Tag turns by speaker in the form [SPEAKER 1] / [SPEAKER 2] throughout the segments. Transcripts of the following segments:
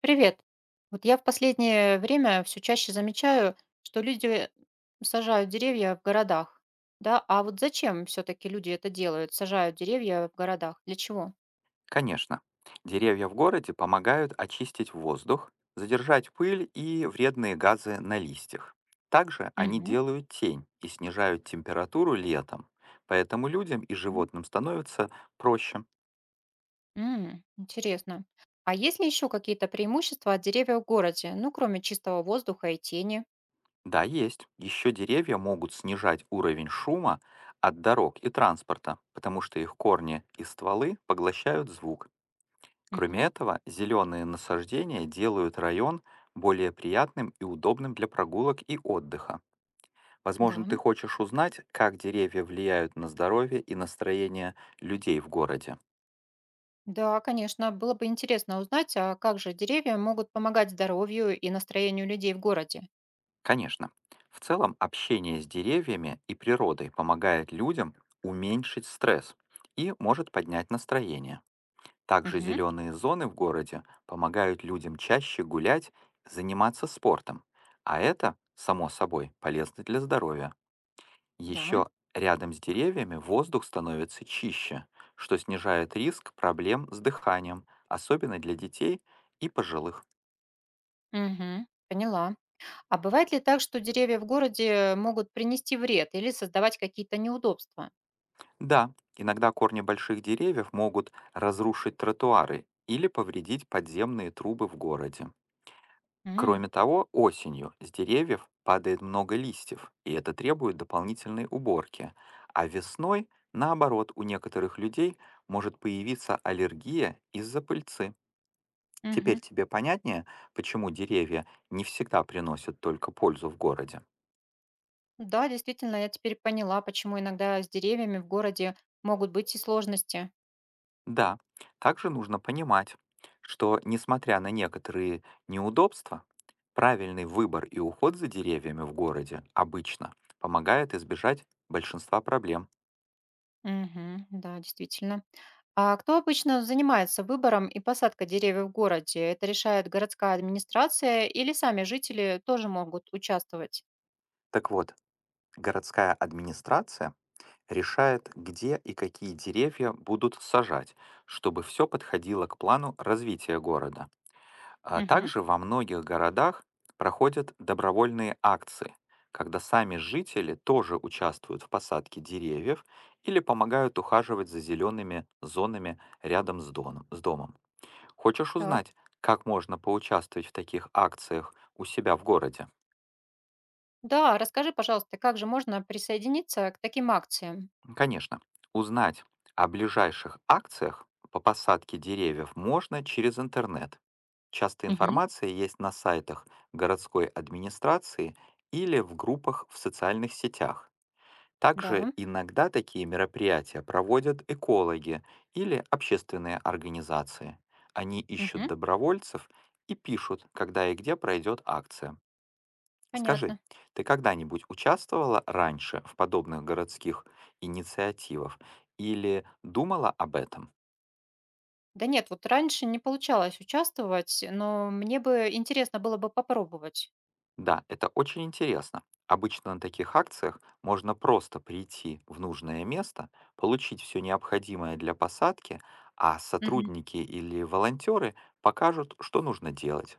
[SPEAKER 1] Привет. Вот я в последнее время все чаще замечаю, что люди сажают деревья в городах. Да, а вот зачем все-таки люди это делают? Сажают деревья в городах. Для чего?
[SPEAKER 2] Конечно. Деревья в городе помогают очистить воздух, задержать пыль и вредные газы на листьях. Также они
[SPEAKER 1] Мгм.
[SPEAKER 2] делают тень и снижают температуру летом, поэтому людям и
[SPEAKER 1] Мгм.
[SPEAKER 2] животным становится проще.
[SPEAKER 1] М, интересно. А есть ли еще какие-то преимущества от деревьев в городе? Ну, кроме чистого воздуха и тени.
[SPEAKER 2] Да, есть. Еще деревья могут снижать уровень шума от дорог и транспорта, потому что их корни и стволы поглощают звук. Кроме
[SPEAKER 1] Мгм.
[SPEAKER 2] этого, зеленые насаждения делают район более приятным и удобным для прогулок и отдыха. Возможно, ты
[SPEAKER 1] Да.
[SPEAKER 2] хочешь узнать, как деревья влияют на здоровье и настроение людей в городе?
[SPEAKER 1] Да, конечно, было бы интересно узнать, а как же деревья могут помогать здоровью и настроению людей в городе?
[SPEAKER 2] Конечно. В целом, общение с деревьями и природой помогает людям уменьшить стресс и может поднять настроение. Также
[SPEAKER 1] Мгм.
[SPEAKER 2] зеленые зоны в городе помогают людям чаще гулять, заниматься спортом, а это, само собой, полезно для здоровья.
[SPEAKER 1] Да.
[SPEAKER 2] Еще рядом с деревьями воздух становится чище, что снижает риск проблем с дыханием, особенно для детей и пожилых.
[SPEAKER 1] Мгм. Поняла. А бывает ли так, что деревья в городе могут принести вред или создавать какие-то неудобства?
[SPEAKER 2] Да, иногда корни больших деревьев могут разрушить тротуары или повредить подземные трубы в городе.
[SPEAKER 1] М,
[SPEAKER 2] Кроме того, осенью с деревьев падает много листьев, и это требует дополнительной уборки. А весной, наоборот, у некоторых людей может появиться аллергия из-за пыльцы. Теперь
[SPEAKER 1] мгм.
[SPEAKER 2] тебе понятнее, почему деревья не всегда приносят только пользу в городе?
[SPEAKER 1] Да, действительно, я теперь поняла, почему иногда с деревьями в городе могут быть и сложности.
[SPEAKER 2] Да, также нужно понимать, что, несмотря на некоторые неудобства, правильный выбор и уход за деревьями в городе обычно помогает избежать большинства проблем.
[SPEAKER 1] Мгм, да, действительно. А кто обычно занимается выбором и посадкой деревьев в городе? Это решает городская администрация или сами жители тоже могут участвовать?
[SPEAKER 2] Так вот, городская администрация решает, где и какие деревья будут сажать, чтобы все подходило к плану развития города. А
[SPEAKER 1] Мгм,
[SPEAKER 2] также во многих городах проходят добровольные акции, когда сами жители тоже участвуют в посадке деревьев или помогают ухаживать за зелеными зонами рядом с с домом. Хочешь
[SPEAKER 1] так.
[SPEAKER 2] узнать, как можно поучаствовать в таких акциях у себя в городе?
[SPEAKER 1] Да, расскажи, пожалуйста, как же можно присоединиться к таким акциям?
[SPEAKER 2] Конечно, узнать о ближайших акциях по посадке деревьев можно через интернет. Часто
[SPEAKER 1] Мгм.
[SPEAKER 2] информация есть на сайтах городской администрации или в группах в социальных сетях. Также
[SPEAKER 1] Да,
[SPEAKER 2] иногда такие мероприятия проводят экологи или общественные организации. Они ищут
[SPEAKER 1] мгм,
[SPEAKER 2] добровольцев и пишут, когда и где пройдет акция. Скажи,
[SPEAKER 1] понятно.
[SPEAKER 2] ты когда-нибудь участвовала раньше в подобных городских инициативах или думала об этом?
[SPEAKER 1] Да нет, вот раньше не получалось участвовать, но мне бы интересно было бы попробовать.
[SPEAKER 2] Да, это очень интересно. Обычно на таких акциях можно просто прийти в нужное место, получить все необходимое для посадки, а
[SPEAKER 1] Мгм.
[SPEAKER 2] сотрудники или волонтеры покажут, что нужно делать.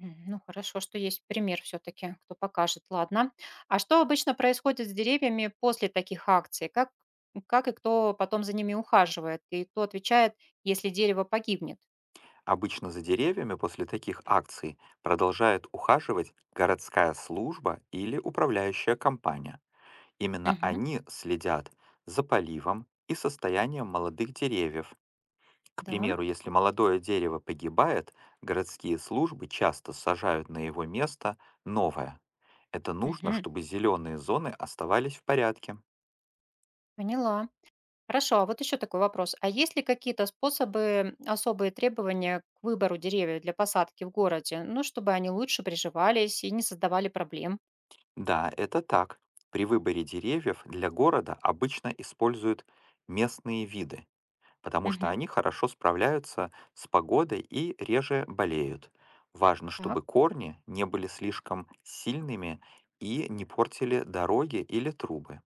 [SPEAKER 1] М, ну, хорошо, что есть пример все-таки, кто покажет, ладно. А что обычно происходит с деревьями после таких акций? Как и кто потом за ними ухаживает? И кто отвечает, если дерево погибнет?
[SPEAKER 2] Обычно за деревьями после таких акций продолжает ухаживать городская служба или управляющая компания. Именно
[SPEAKER 1] Мгм.
[SPEAKER 2] они следят за поливом и состоянием молодых деревьев. К
[SPEAKER 1] Да,
[SPEAKER 2] примеру, если молодое дерево погибает, городские службы часто сажают на его место новое. Это нужно,
[SPEAKER 1] мгм,
[SPEAKER 2] чтобы зеленые зоны оставались в порядке.
[SPEAKER 1] поняла. Хорошо, а вот еще такой вопрос. А есть ли какие-то способы, особые требования к выбору деревьев для посадки в городе? Ну, чтобы они лучше приживались и не создавали проблем.
[SPEAKER 2] Да, это так. При выборе деревьев для города обычно используют местные виды, потому что
[SPEAKER 1] Мгм.
[SPEAKER 2] они хорошо справляются с погодой и реже болеют. Важно,
[SPEAKER 1] Так,
[SPEAKER 2] чтобы корни не были слишком сильными и не портили дороги или трубы.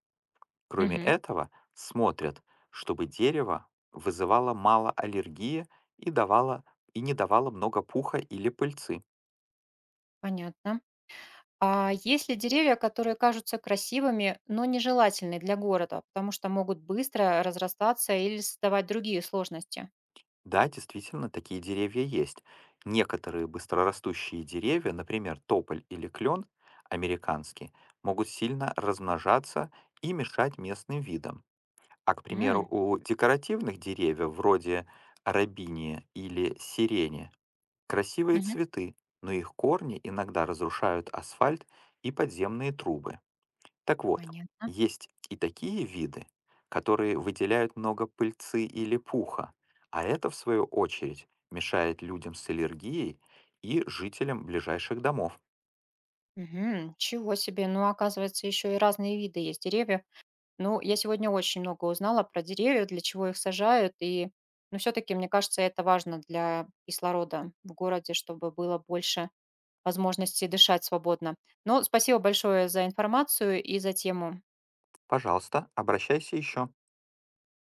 [SPEAKER 2] Кроме
[SPEAKER 1] мгм,
[SPEAKER 2] этого, смотрят, чтобы дерево вызывало мало аллергии и не давало много пуха или пыльцы.
[SPEAKER 1] понятно. А есть ли деревья, которые кажутся красивыми, но нежелательны для города, потому что могут быстро разрастаться или создавать другие сложности?
[SPEAKER 2] Да, действительно, такие деревья есть. Некоторые быстрорастущие деревья, например, тополь или клен американский, могут сильно размножаться и мешать местным видам. А, к примеру,
[SPEAKER 1] М,
[SPEAKER 2] у декоративных деревьев, вроде рабиния или сирени, красивые
[SPEAKER 1] мгм.
[SPEAKER 2] цветы, но их корни иногда разрушают асфальт и подземные трубы. Так вот,
[SPEAKER 1] Понятно.
[SPEAKER 2] есть и такие виды, которые выделяют много пыльцы или пуха, а это, в свою очередь, мешает людям с аллергией и жителям ближайших домов.
[SPEAKER 1] Мгм. Чего себе, ну, оказывается, еще и разные виды есть деревьев. Ну, я сегодня очень много узнала про деревья, для чего их сажают. И, ну, все-таки, мне кажется, это важно для кислорода в городе, чтобы было больше возможностей дышать свободно. Но спасибо большое за информацию и за тему.
[SPEAKER 2] Пожалуйста, обращайся еще.